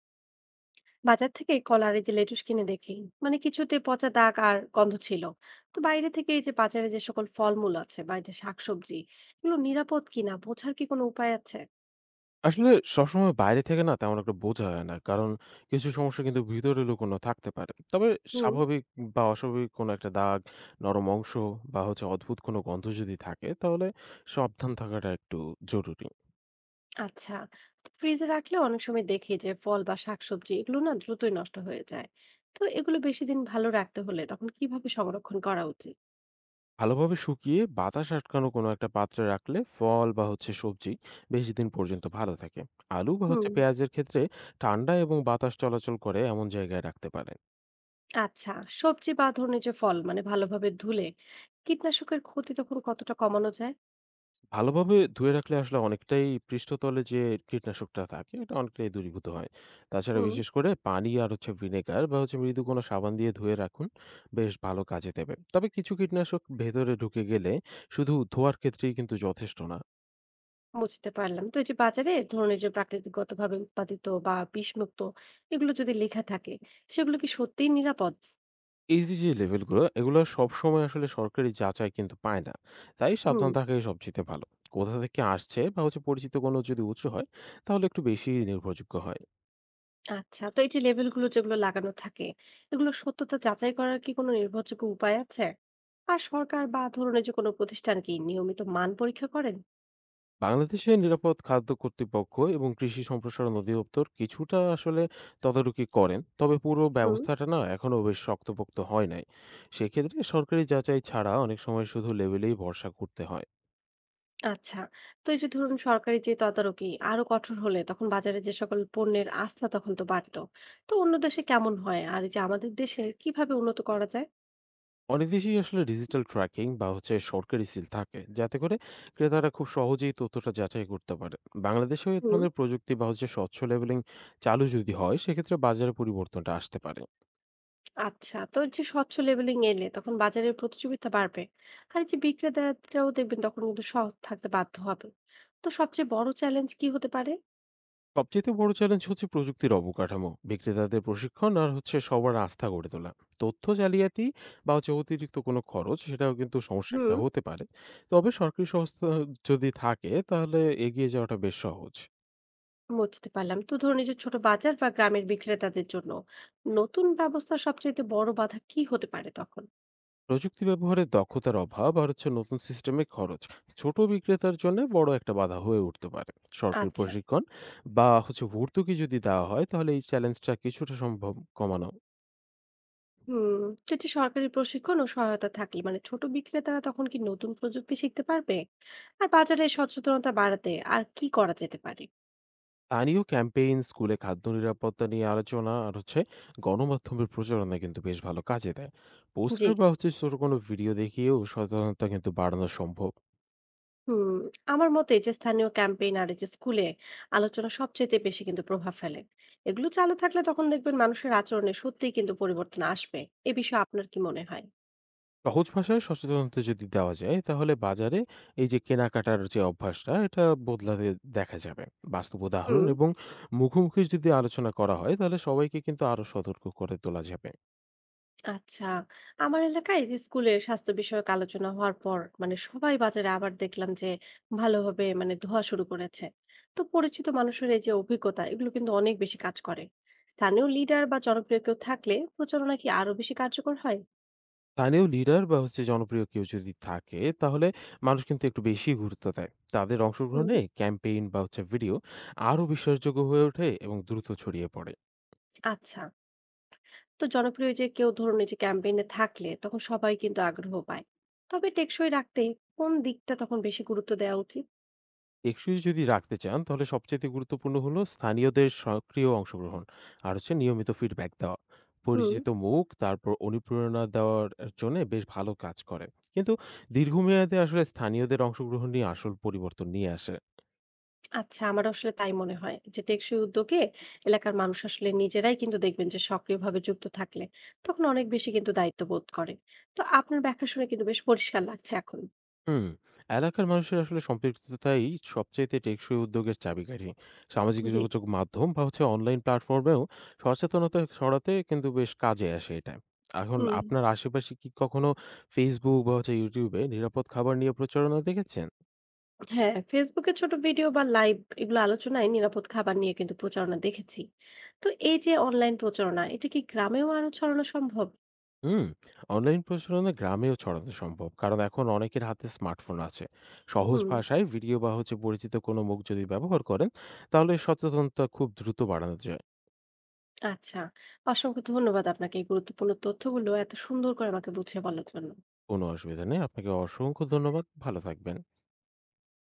বাজার থেকে কলা আর এই যে লেটুস কিনে দেখি কিছুতে পচা দাগ আর গন্ধ ছিল। তো বাইরে থেকে এই যে বাজারে যে সকল ফলমূল আছে বা এই যে শাকসবজি এগুলো নিরাপদ কিনা বোঝার কি কোনো উপায় আছে? আসলে সবসময় বাইরে থেকে না তেমন একটা বোঝা হয় না। কারণ কিছু সমস্যা কিন্তু ভিতরে লুকোনো থাকতে পারে। তবে হুম। স্বাভাবিক বা অস্বাভাবিক কোনো একটা দাগ, নরম অংশ বা অদ্ভুত কোনো গন্ধ যদি থাকে তাহলে সাবধান থাকাটা একটু জরুরি। আচ্ছা, ফ্রিজে রাখলে অনেক সময় দেখি যে ফল বা শাকসবজি এগুলো না দ্রুতই নষ্ট হয়ে যায়। তো এগুলো বেশি দিন ভালো রাখতে হলে তখন কিভাবে সংরক্ষণ করা উচিত? ভালোভাবে শুকিয়ে বাতাস আটকানো কোনো একটা পাত্রে রাখলে ফল বা সবজি বেশি দিন পর্যন্ত ভালো থাকে। আলু বা হুম। পেঁয়াজের ক্ষেত্রে ঠান্ডা এবং বাতাস চলাচল করে এমন জায়গায় রাখতে পারেন। আচ্ছা, সবজি বা ধরনের যে ফল ভালোভাবে ধুলে কীটনাশকের ক্ষতি তখন কতটা কমানো যায়? ভালোভাবে ধুয়ে রাখলে অনেকটাই পৃষ্ঠতলে যে কীটনাশকটা থাকে এটা অনেকটাই দূরীভূত হয়। তাছাড়া হুম। বিশেষ করে পানি আর ভিনেগার বা মৃদু কোনো সাবান দিয়ে ধুয়ে রাখুন। বেশ ভালো কাজে দেবে। তবে কিছু কীটনাশক ভেতরে ঢুকে গেলে শুধু ধোয়ার ক্ষেত্রেই কিন্তু যথেষ্ট না। বুঝতে পারলাম। তো এই যে বাজারে ধরুন এই যে প্রাকৃতিকগতভাবে উৎপাদিত বা বিষমুক্ত এগুলো যদি লেখা থাকে, সেগুলো কি সত্যিই নিরাপদ? এই যে, যে লেভেলগুলো এগুলো সবসময় সরকারি যাচাই কিন্তু পায় না। তাই হুম। সাবধান থাকাই সবচাইতে ভালো। কোথা থেকে আসছে বা পরিচিত কোনো যদি উৎস হয় তাহলে একটু বেশি নির্ভরযোগ্য হয়। আচ্ছা। তো এই যে লেবেলগুলো যেগুলো লাগানো থাকে, এগুলোর সত্যতা যাচাই করার কি কোনো নির্ভরযোগ্য উপায় আছে? আর সরকার বা ধরুন এই যে কোনো প্রতিষ্ঠান কি নিয়মিত মান পরীক্ষা করেন? বাংলাদেশে নিরাপদ খাদ্য কর্তৃপক্ষ এবং কৃষি সম্প্রসারণ অধিদপ্তর কিছুটা তদারকি করেন। তবে পুরো হুম। ব্যবস্থাটা না এখনো বেশ শক্তপোক্ত হয় নাই। সেক্ষেত্রে সরকারি যাচাই ছাড়া অনেক সময় শুধু লেবেলেই ভরসা করতে হয়। আচ্ছা। তো এই যে ধরুন সরকারি যে তদারকি আরো কঠোর হলে তখন বাজারে যে সকল পণ্যের আস্থা তখন তো বাড়তো। তো অন্য দেশে কেমন হয়? আর এই যে আমাদের দেশে কিভাবে উন্নত করা যায়? অনেক দেশেই ডিজিটাল ট্র্যাকিং বা সরকারি সিল থাকে, যাতে করে ক্রেতারা খুব সহজেই তথ্যটা যাচাই করতে পারে। বাংলাদেশেও এ হুম। ধরনের প্রযুক্তি বা স্বচ্ছ লেবেলিং চালু যদি হয়, সেক্ষেত্রে বাজারে পরিবর্তনটা আসতে পারে। আচ্ছা, তো এই যে স্বচ্ছ লেবেলিং এলে তখন বাজারের প্রতিযোগিতা বাড়বে, আর এই যে বিক্রেতারাও দেখবেন তখন কিন্তু সৎ থাকতে বাধ্য হবে। তো সবচেয়ে বড় চ্যালেঞ্জ কি হতে পারে? সবচেয়ে বড় চ্যালেঞ্জ হচ্ছে প্রযুক্তির অবকাঠামো, বিক্রেতাদের প্রশিক্ষণ আর সবার আস্থা গড়ে তোলা। তথ্য জালিয়াতি বা অতিরিক্ত কোনো খরচ, সেটাও কিন্তু সমস্যা একটা হুম। হতে পারে। তবে সরকারি সংস্থা যদি থাকে তাহলে এগিয়ে যাওয়াটা বেশ সহজ। বুঝতে পারলাম, তো ধরুন এই যে ছোট বাজার বা গ্রামের বিক্রেতাদের জন্য নতুন ব্যবস্থা সবচেয়ে বড় বাধা কি হতে পারে তখন? প্রযুক্তি ব্যবহারের দক্ষতার অভাব আর নতুন সিস্টেমে খরচ ছোট বিক্রেতার জন্য বড় একটা বাধা হয়ে উঠতে পারে। সরকারি আচ্ছা। প্রশিক্ষণ বা ভর্তুকি যদি দেওয়া হয় তাহলে এই চ্যালেঞ্জটা কিছুটা সম্ভব কমানো। হুম। সেটি সরকারি প্রশিক্ষণ ও সহায়তা থাকলে ছোট বিক্রেতারা তখন কি নতুন প্রযুক্তি শিখতে পারবে? আর বাজারে সচেতনতা বাড়াতে আর কি করা যেতে পারে? স্থানীয় ক্যাম্পেইন, স্কুলে খাদ্য নিরাপত্তা নিয়ে আলোচনা আর গণমাধ্যমের প্রচারণা কিন্তু বেশ ভালো কাজে দেয়। জি। পোস্টার বা ছোট কোনো ভিডিও দেখিয়েও সচেতনতা কিন্তু বাড়ানো সম্ভব। হুম, আমার মতে এই যে স্থানীয় ক্যাম্পেইন আর এই যে স্কুলে আলোচনা সবচেয়ে বেশি কিন্তু প্রভাব ফেলে। এগুলো চালু থাকলে তখন দেখবেন মানুষের আচরণে সত্যিই কিন্তু পরিবর্তন আসবে। এ বিষয়ে আপনার কি মনে হয়? সহজ ভাষায় সচেতনতা যদি দেওয়া যায় তাহলে বাজারে এই যে কেনাকাটার যে অভ্যাসটা এটা বদলাতে দেখা যাবে। বাস্তব উদাহরণ হুম। এবং মুখোমুখি যদি আলোচনা করা হয় তাহলে সবাইকে কিন্তু আরো সতর্ক করে তোলা যাবে। আচ্ছা, আমার এলাকায় এই যে স্কুলে স্বাস্থ্য বিষয়ক আলোচনা হওয়ার পর সবাই বাজারে আবার দেখলাম যে ভালোভাবে ধোয়া শুরু করেছে। তো পরিচিত মানুষের এই যে অভিজ্ঞতা এগুলো কিন্তু অনেক বেশি কাজ করে। স্থানীয় লিডার বা জনপ্রিয় কেউ থাকলে প্রচারণা কি আরো বেশি কার্যকর হয়? স্থানীয় লিডার বা জনপ্রিয় কেউ যদি থাকে তাহলে মানুষ কিন্তু একটু বেশি গুরুত্ব দেয়। তাদের হুম। অংশগ্রহণে ক্যাম্পেইন বা ভিডিও আরো বিশ্বাসযোগ্য হয়ে ওঠে এবং দ্রুত ছড়িয়ে পড়ে। আচ্ছা, তো জনপ্রিয় যে কেউ ধরুন এই যে ক্যাম্পেইনে থাকলে তখন সবাই কিন্তু আগ্রহ পায়। তবে টেকসই রাখতে কোন দিকটা তখন বেশি গুরুত্ব দেওয়া উচিত? টেকসই যদি রাখতে চান তাহলে সবচেয়ে গুরুত্বপূর্ণ হলো স্থানীয়দের সক্রিয় অংশগ্রহণ আর নিয়মিত ফিডব্যাক দেওয়া। হুম। পরিচিত মুখ তারপর অনুপ্রেরণা দেওয়ার জন্য বেশ ভালো কাজ করে। কিন্তু দীর্ঘমেয়াদে স্থানীয়দের অংশগ্রহণ নিয়ে আসল পরিবর্তন নিয়ে আসে। আচ্ছা, আমার আসলে তাই মনে হয় যে টেকসই উদ্যোগে এলাকার মানুষ আসলে নিজেরাই কিন্তু দেখবেন যে সক্রিয়ভাবে যুক্ত থাকলে তখন অনেক বেশি কিন্তু দায়িত্ববোধ করে। তো আপনার ব্যাখ্যা শুনে কিন্তু বেশ পরিষ্কার লাগছে এখন। হুম, এলাকার মানুষের সম্পৃক্ততাই সবচাইতে টেকসই উদ্যোগের চাবিকাঠি। সামাজিক জি। যোগাযোগ মাধ্যম বা অনলাইন প্ল্যাটফর্মেও সচেতনতা ছড়াতে কিন্তু বেশ কাজে আসে এটা। এখন হুম। আপনার আশেপাশে কি কখনো Facebook বা YouTube এ নিরাপদ খাবার নিয়ে প্রচারণা দেখেছেন? হ্যাঁ, ফেসবুকে ছোট ভিডিও বা লাইভ এগুলো আলোচনায় নিরাপদ খাবার নিয়ে কিন্তু প্রচারণা দেখেছি। তো এই যে অনলাইন প্রচারণা এটা কি গ্রামেও আরো ছড়ানো সম্ভব? হুম, অনলাইন প্রচারণা গ্রামেও ছড়ানো সম্ভব। কারণ এখন অনেকের হাতে স্মার্টফোন আছে। সহজ হুম। ভাষায় ভিডিও বা পরিচিত কোনো মুখ যদি ব্যবহার করেন, তাহলে সচেতনতা খুব দ্রুত বাড়ানো যায়। আচ্ছা। অসংখ্য ধন্যবাদ আপনাকে এই গুরুত্বপূর্ণ তথ্যগুলো এত সুন্দর করে আমাকে বুঝিয়ে বলার জন্য। কোনো অসুবিধা নেই। আপনাকে অসংখ্য ধন্যবাদ। ভালো থাকবেন।